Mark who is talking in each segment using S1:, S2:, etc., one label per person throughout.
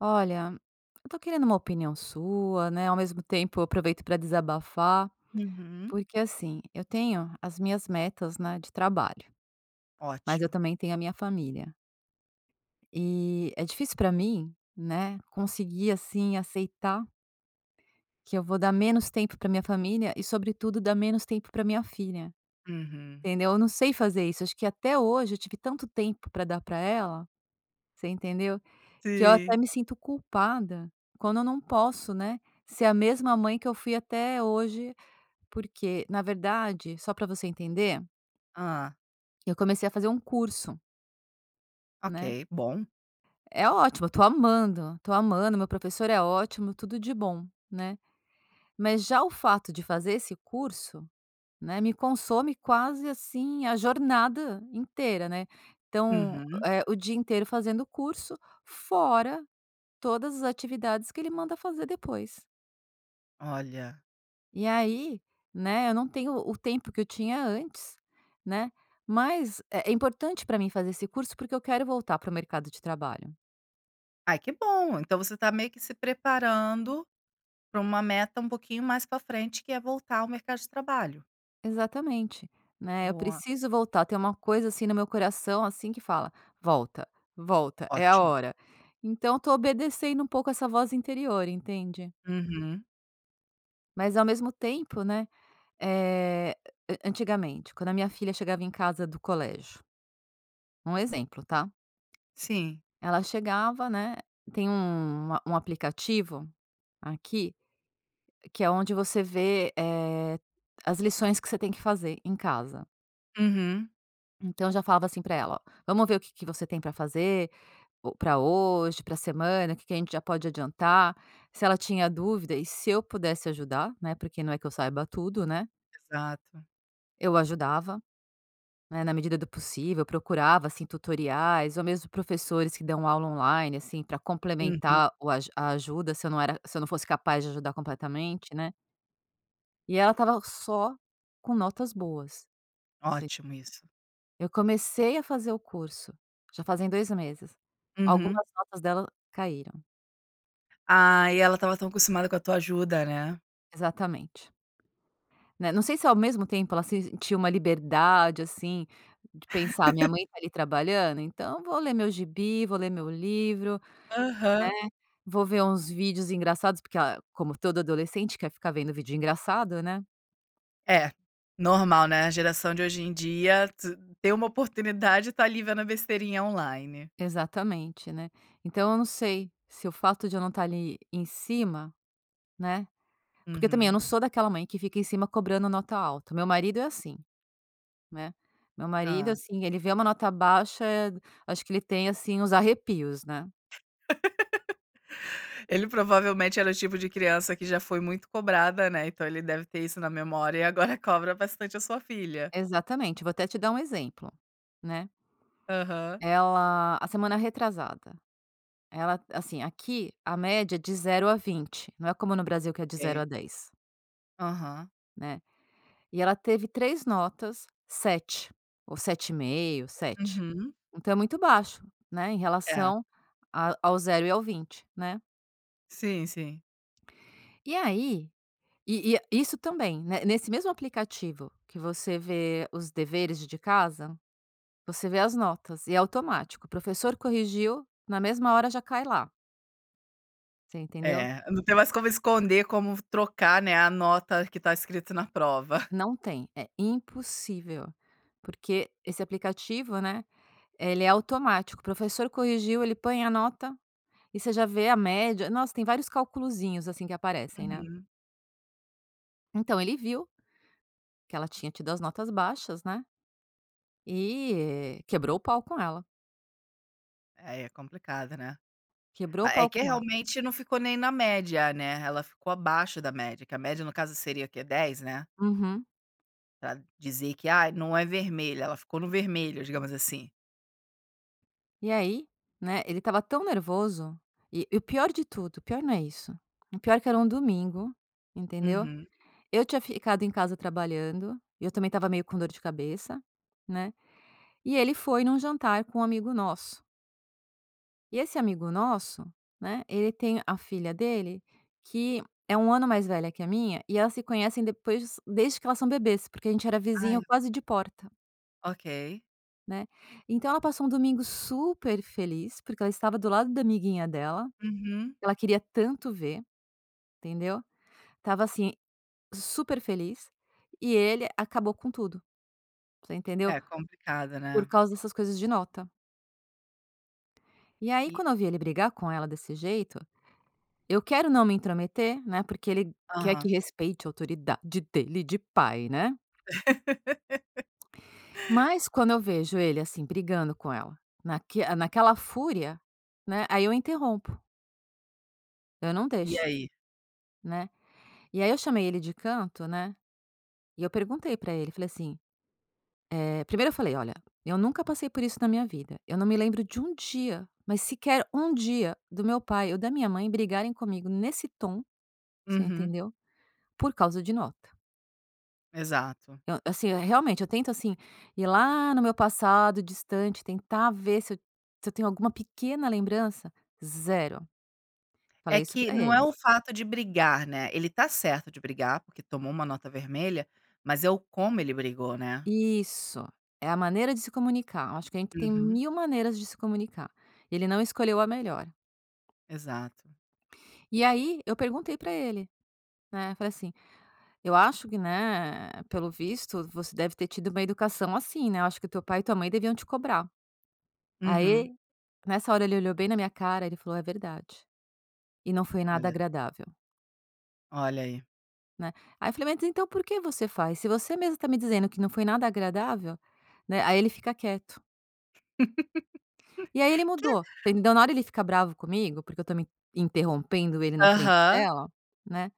S1: Olha, eu tô querendo uma opinião sua, né, ao mesmo tempo eu aproveito para desabafar,
S2: Uhum.
S1: porque assim, eu tenho as minhas metas, né, de trabalho, mas eu
S2: Ótimo.
S1: também tenho a minha família. E é difícil para mim, né, conseguir assim aceitar que eu vou dar menos tempo para minha família e sobretudo dar menos tempo para minha filha,
S2: Uhum.
S1: entendeu? Eu não sei fazer isso, acho que até hoje eu tive tanto tempo para dar para ela, você entendeu? Que eu até
S2: Sim.
S1: me sinto culpada quando eu não posso, né, ser a mesma mãe que eu fui até hoje, porque, na verdade, só para você entender,
S2: Ah,
S1: eu comecei a fazer um curso, né.
S2: ok, bom.
S1: É ótimo, eu tô amando, meu professor é ótimo, tudo de bom, né. Mas já o fato de fazer esse curso, né, me consome quase, assim, a jornada inteira, né. Então,
S2: Uhum.
S1: o dia inteiro fazendo curso, fora todas as atividades que ele manda fazer depois.
S2: Olha.
S1: E aí, né, eu não tenho o tempo que eu tinha antes, né, mas é importante para mim fazer esse curso, porque eu quero voltar para o mercado de trabalho.
S2: Ai, que bom, então você está meio que se preparando para uma meta um pouquinho mais para frente, que é voltar ao mercado de trabalho.
S1: Exatamente, né, eu
S2: Boa.
S1: preciso voltar, tem uma coisa, assim, no meu coração, assim, que fala: "Volta, volta, é a
S2: Ótimo.
S1: hora". Então, eu tô obedecendo um pouco essa voz interior, entende.
S2: Uhum.
S1: Mas ao mesmo tempo, né, eh, an antigamente, quando a minha filha chegava em casa do colégio, um exemplo, tá?
S2: Sim.
S1: Ela chegava, né, tem um aplicativo aqui, que é onde você vê, as lições que você tem que fazer em casa.
S2: Uhum.
S1: Então eu já falava assim para ela: "Ó, vamos ver o que que você tem para fazer, para hoje, para semana, o que que a gente já pode adiantar". Se ela tinha dúvida e se eu pudesse ajudar, né, porque não é que eu saiba tudo, né,
S2: Exato.
S1: eu ajudava. Né, na medida do possível, procurava, assim, tutoriais ou mesmo professores que dão aula online, assim, para
S2: Uhum.
S1: complementar o aju a ajuda, se eu não fosse capaz de ajudar completamente, né. E ela estava só com notas boas, assim.
S2: Ótimo isso.
S1: Eu comecei a fazer o curso, já fazem 2 meses.
S2: Uhum.
S1: Algumas notas dela caíram.
S2: Ah, e ela estava tão acostumada com a tua ajuda, né?
S1: Exatamente. Né, não sei se ao mesmo tempo ela sentiu uma liberdade, assim, de pensar: "Minha mãe tá ali trabalhando, então vou ler meu gibi, vou ler meu livro". Né,
S2: Aham.
S1: vou ver uns vídeos engraçados, porque a como todo adolescente quer ficar vendo vídeo engraçado, né.
S2: É, normal, né, a geração de hoje em dia t ter uma oportunidade, e tá ali vendo a besteirinha online.
S1: Exatamente, né. Então eu não sei se o fato de eu não estar ali em cima, né, porque também eu
S2: Uhum.
S1: não sou daquela mãe que fica em cima cobrando nota alta, meu marido é assim, né. Meu marido,
S2: Hã.
S1: assim, ele vê uma nota baixa, acho que ele tem, assim, uns arrepios, né.
S2: Ele provavelmente era o tipo de criança que já foi muito cobrada, né, então ele deve ter isso na memória e agora cobra bastante a sua filha.
S1: Exatamente, vou até te dar um exemplo, né.
S2: Aham.
S1: Ela a semana retrasada, ela assim, aqui a média é de 0 a 20, não é como no Brasil que é de zero a
S2: Ok.
S1: dez
S2: Aham.
S1: né. E ela teve 3 notas 7 ou sete e meio, sete.
S2: Uhum.
S1: Então é muito baixo, né, em
S2: É.
S1: relação a ao 0 e ao 20, né.
S2: Sim, sim.
S1: E aí, e isso também, né, nesse mesmo aplicativo que você vê os deveres de casa, você vê as notas e é automático, o professor corrigiu, na mesma hora já cai lá, você entendeu?
S2: É, não tem mais como esconder, como trocar, né, a nota que tá escrito na prova.
S1: Não tem, é impossível, porque esse aplicativo, né, ele é automático, o professor corrigiu, ele põe a nota e você já vê a média, nossa, tem vários calculozinhos, assim, que aparecem, né.
S2: Uhum.
S1: Então ele viu que ela tinha tido as notas baixas, né, e quebrou o pau com ela,
S2: Aí é complicado, né.
S1: quebrou o
S2: Ma é
S1: pau
S2: que
S1: com ela.
S2: realmente não ficou nem na média, né, ela ficou abaixo da média, que a média no caso seria o quê? 10, né,
S1: Uhum.
S2: pra dizer que, ah, não é vermelha", ela ficou no vermelho, digamos assim.
S1: E aí, né, ele estava tão nervoso, e o pior de tudo, o pior não é isso, o pior é que era um domingo, entendeu?
S2: Uhum.
S1: Eu tinha ficado em casa trabalhando, e eu também estava meio com dor de cabeça, né, e ele foi num jantar com um amigo nosso. E esse amigo nosso, né, ele tem a filha dele, que é 1 ano mais velha que a minha, e elas se conhecem depois desde que elas são bebês, porque a gente era
S2: Ai,
S1: vizinho quase de porta,
S2: ok.
S1: né. Então ela passou um domingo super feliz, porque ela estava do lado da amiguinha dela,
S2: Uhum.
S1: que ela queria tanto ver, entendeu. Tava assim, super feliz, e ele acabou com tudo, você entendeu.
S2: É complicado,
S1: Por
S2: né.
S1: causa dessas coisas de nota. E aí
S2: E
S1: quando eu vi ele brigar com ela desse jeito, eu quero não me intrometer, né, porque ele quer que
S2: aham.
S1: respeite a autoridade dele de pai, né. Mas quando eu vejo ele, assim, brigando com ela, naquela fúria, né, aí eu interrompo, eu não
S2: E
S1: deixo,
S2: aí?
S1: né. E aí eu chamei ele de canto, né, e eu perguntei pra ele, falei assim, primeiro eu falei: "Olha, eu nunca passei por isso na minha vida, eu não me lembro de um dia, mas sequer um dia, do meu pai ou da minha mãe brigarem comigo nesse tom". Você
S2: Uhum,
S1: entendeu? Por causa de nota.
S2: exato.
S1: Eu assim, eu- realmente, eu tento, assim, ir lá no meu passado distante, tentar ver se eu tenho alguma pequena lembrança. Zero.
S2: É
S1: Falei isso
S2: que
S1: pra
S2: não é
S1: ele.
S2: o fato de brigar, né, ele tá certo de brigar, porque tomou uma nota vermelha, mas é o como ele brigou, né.
S1: Isso, é a maneira de se comunicar. Acho que a gente tem
S2: Uhum,
S1: 1000 maneiras de se comunicar. Ele não escolheu a melhor.
S2: exato.
S1: E aí, eu perguntei pra ele, né, falei assim: "Eu acho que, né, pelo visto, você deve ter tido uma educação assim, né, eu acho que teu pai e tua mãe deviam te cobrar".
S2: Uhum.
S1: Aí, nessa hora ele olhou bem na minha cara, e ele falou: "É verdade". E não foi nada
S2: Olha,
S1: agradável,
S2: olha aí.
S1: né. Aí eu falei: "Mas então por que você faz? Se você mesmo tá me dizendo que não foi nada agradável", né, aí ele fica quieto. E aí ele
S2: Que
S1: mudou. Então, na hora ele fica bravo comigo, porque eu tô me interrompendo ele na frente
S2: aham.
S1: dela, né,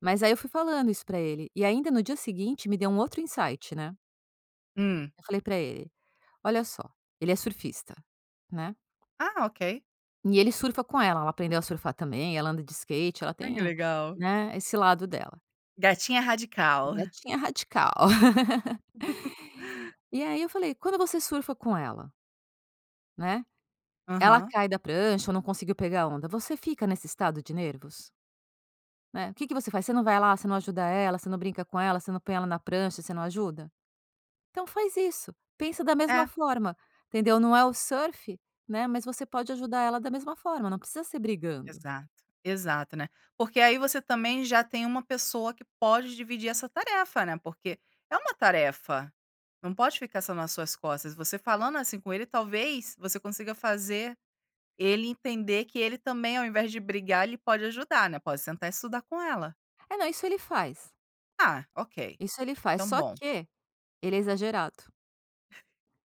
S1: mas aí eu fui falando isso pra ele. E ainda no dia seguinte me deu um outro insight, né.
S2: Hum.
S1: Eu falei pra ele: "Olha só, ele é surfista, né,
S2: Ah, ok.
S1: e ele surfa com ela, ela aprendeu a surfar também, ela anda de skate, ela
S2: Ai, que
S1: tem,
S2: legal.
S1: né, esse lado dela.
S2: Gatinha radical.
S1: Gatinha radical. E aí eu falei: "Quando você surfa com ela, né, ela
S2: Aham.
S1: cai da prancha ou não conseguiu pegar a onda, você fica nesse estado de nervos, né? O que que você faz? Você não vai lá, você não ajuda ela, você não brinca com ela, você não põe ela na prancha, você não ajuda? Então faz isso, pensa da mesma
S2: É,
S1: forma, entendeu? Não é o surf, né, mas você pode ajudar ela da mesma forma, não precisa ser brigando".
S2: exato, exato, né. Porque aí você também já tem uma pessoa que pode dividir essa tarefa, né, porque é uma tarefa, não pode ficar só nas suas costas. Você falando assim com ele, talvez você consiga fazer ele entender que ele também, ao invés de brigar, ele pode ajudar, né, pode sentar e estudar com ela.
S1: É, não,
S2: "Ah, ok,
S1: isso ele faz,
S2: então
S1: só
S2: bom".
S1: que ele é exagerado,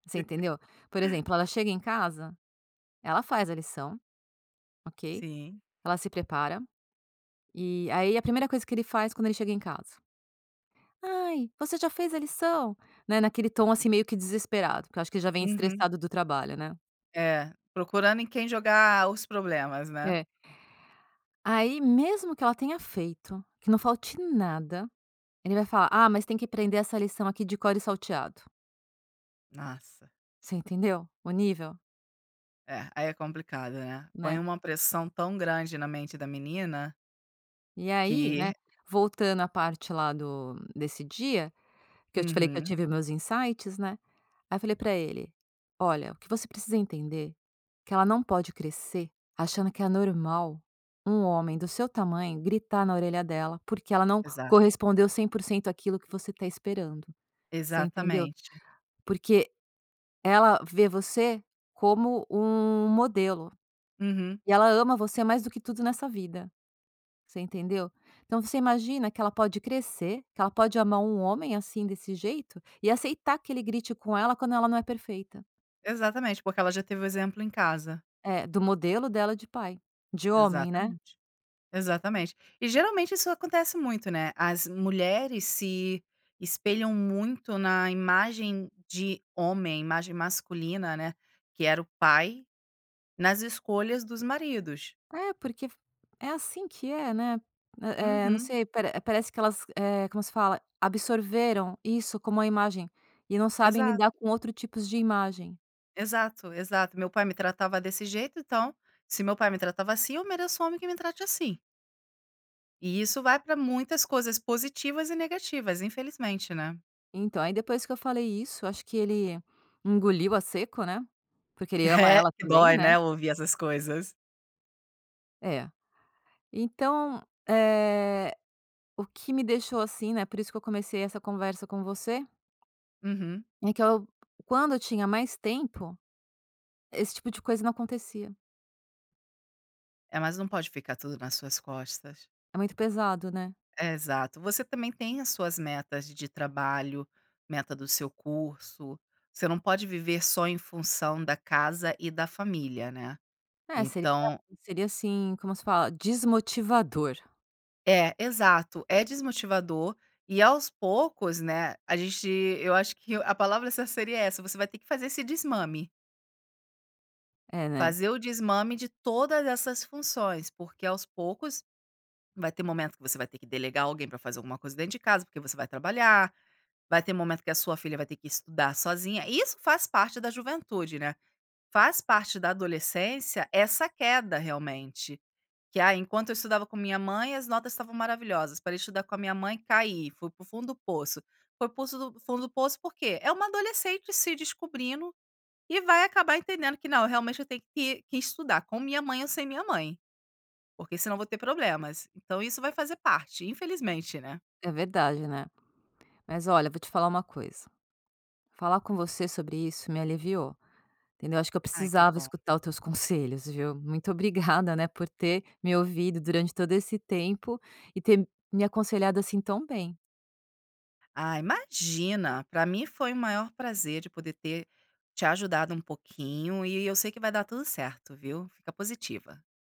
S1: você entendeu? Por exemplo, ela chega em casa, ela faz a lição, ok,
S2: Sim.
S1: ela se prepara, e aí a primeira coisa que ele faz quando ele chega em casa: "Ai, você já fez a lição?", né, naquele tom, assim, meio que desesperado, porque eu acho que ele já vem
S2: Uhum.
S1: estressado do trabalho, né.
S2: É, procurando em quem jogar os problemas, né.
S1: É. Aí, mesmo que ela tenha feito, que não falte nada, ele vai falar: "Ah, mas tem que aprender essa lição aqui de cor e salteado".
S2: Nossa,
S1: Você entendeu o nível,
S2: é, aí é complicado, né. Põe
S1: né.
S2: uma pressão tão grande na mente da menina
S1: E aí,
S2: que
S1: né, voltando à parte lá do desse dia, que eu te falei que eu
S2: uhum,
S1: tive meus insights, né, aí eu falei pra ele: "Olha, o que você precisa entender, é que ela não pode crescer achando que é normal um homem do seu tamanho gritar na orelha dela, porque ela não
S2: exa
S1: correspondeu 100% àquilo que você tá esperando". Você entendeu?
S2: exatamente.
S1: Porque ela vê você como um modelo,
S2: Uhum,
S1: e ela ama você mais do que tudo nessa vida, você entendeu? Então você imagina que ela pode crescer, que ela pode amar um homem assim desse jeito, e aceitar que ele grite com ela quando ela não é perfeita.
S2: exatamente, porque ela já teve o exemplo em casa.
S1: É, do modelo dela de pai, de homem, né.
S2: Exatamente, exatamente. E geralmente isso acontece muito, né, as mulheres se espelham muito na imagem de homem, imagem masculina, né, que era o pai, nas escolhas dos maridos.
S1: É, porque é assim que é, né. Não
S2: Uhum,
S1: sei, parece que elas, como se fala, absorveram isso como uma imagem e não sabem
S2: exato.
S1: lidar com outros tipos de imagem.
S2: Exato, exato. Meu pai me tratava desse jeito, então, se meu pai me tratava assim, eu mereço um homem que me trate assim. E isso vai para muitas coisas positivas e negativas, infelizmente, né.
S1: Então, aí depois que eu falei isso, acho que ele engoliu a seco, né, porque ele ama
S2: É,
S1: ela
S2: que
S1: também,
S2: dói,
S1: né.
S2: né, ouvir essas coisas.
S1: É. Então, eh, o que me deixou assim, né, por isso que eu comecei essa conversa com você,
S2: Uhum.
S1: é que eu quando eu tinha mais tempo, esse tipo de coisa não acontecia.
S2: É, mas não pode ficar tudo nas suas costas.
S1: É muito pesado, né.
S2: É, exato. Você também tem as suas metas de trabalho, meta do seu curso. Você não pode viver só em função da casa e da família, né.
S1: É, seria
S2: Então
S1: seria assim, como se fala? Desmotivador.
S2: é, exato, é desmotivador e aos poucos, né, a gente eu acho que a palavra essa seria essa, você vai ter que fazer esse desmame,
S1: É, né.
S2: fazer o desmame de todas essas funções, porque aos poucos vai ter momento que você vai ter que delegar alguém para fazer alguma coisa dentro de casa, porque você vai trabalhar, vai ter momento que a sua filha vai ter que estudar sozinha, e isso faz parte da juventude, né, faz parte da adolescência essa queda realmente. Que, ah, enquanto eu estudava com minha mãe, as notas estavam maravilhosas. Parei de estudar com a minha mãe, caí, fui pro fundo do poço. Foi para o fundo do poço por quê? É uma adolescente se descobrindo e vai acabar entendendo que, não, realmente eu tenho que, estudar com minha mãe ou sem minha mãe, porque senão eu vou ter problemas. Então isso vai fazer parte, infelizmente, né?
S1: É verdade, né. Mas olha, vou te falar uma coisa, falar com você sobre isso me aliviou, entendeu. Acho que eu
S2: Ai, que
S1: precisava
S2: bom.
S1: escutar os teus conselhos, viu. Muito obrigada, né, por ter me ouvido durante todo esse tempo e ter me aconselhado assim tão bem.
S2: Ah, imagina! Para mim foi o maior prazer de poder ter te ajudado um pouquinho e eu sei que vai dar tudo certo, viu? Fica positiva.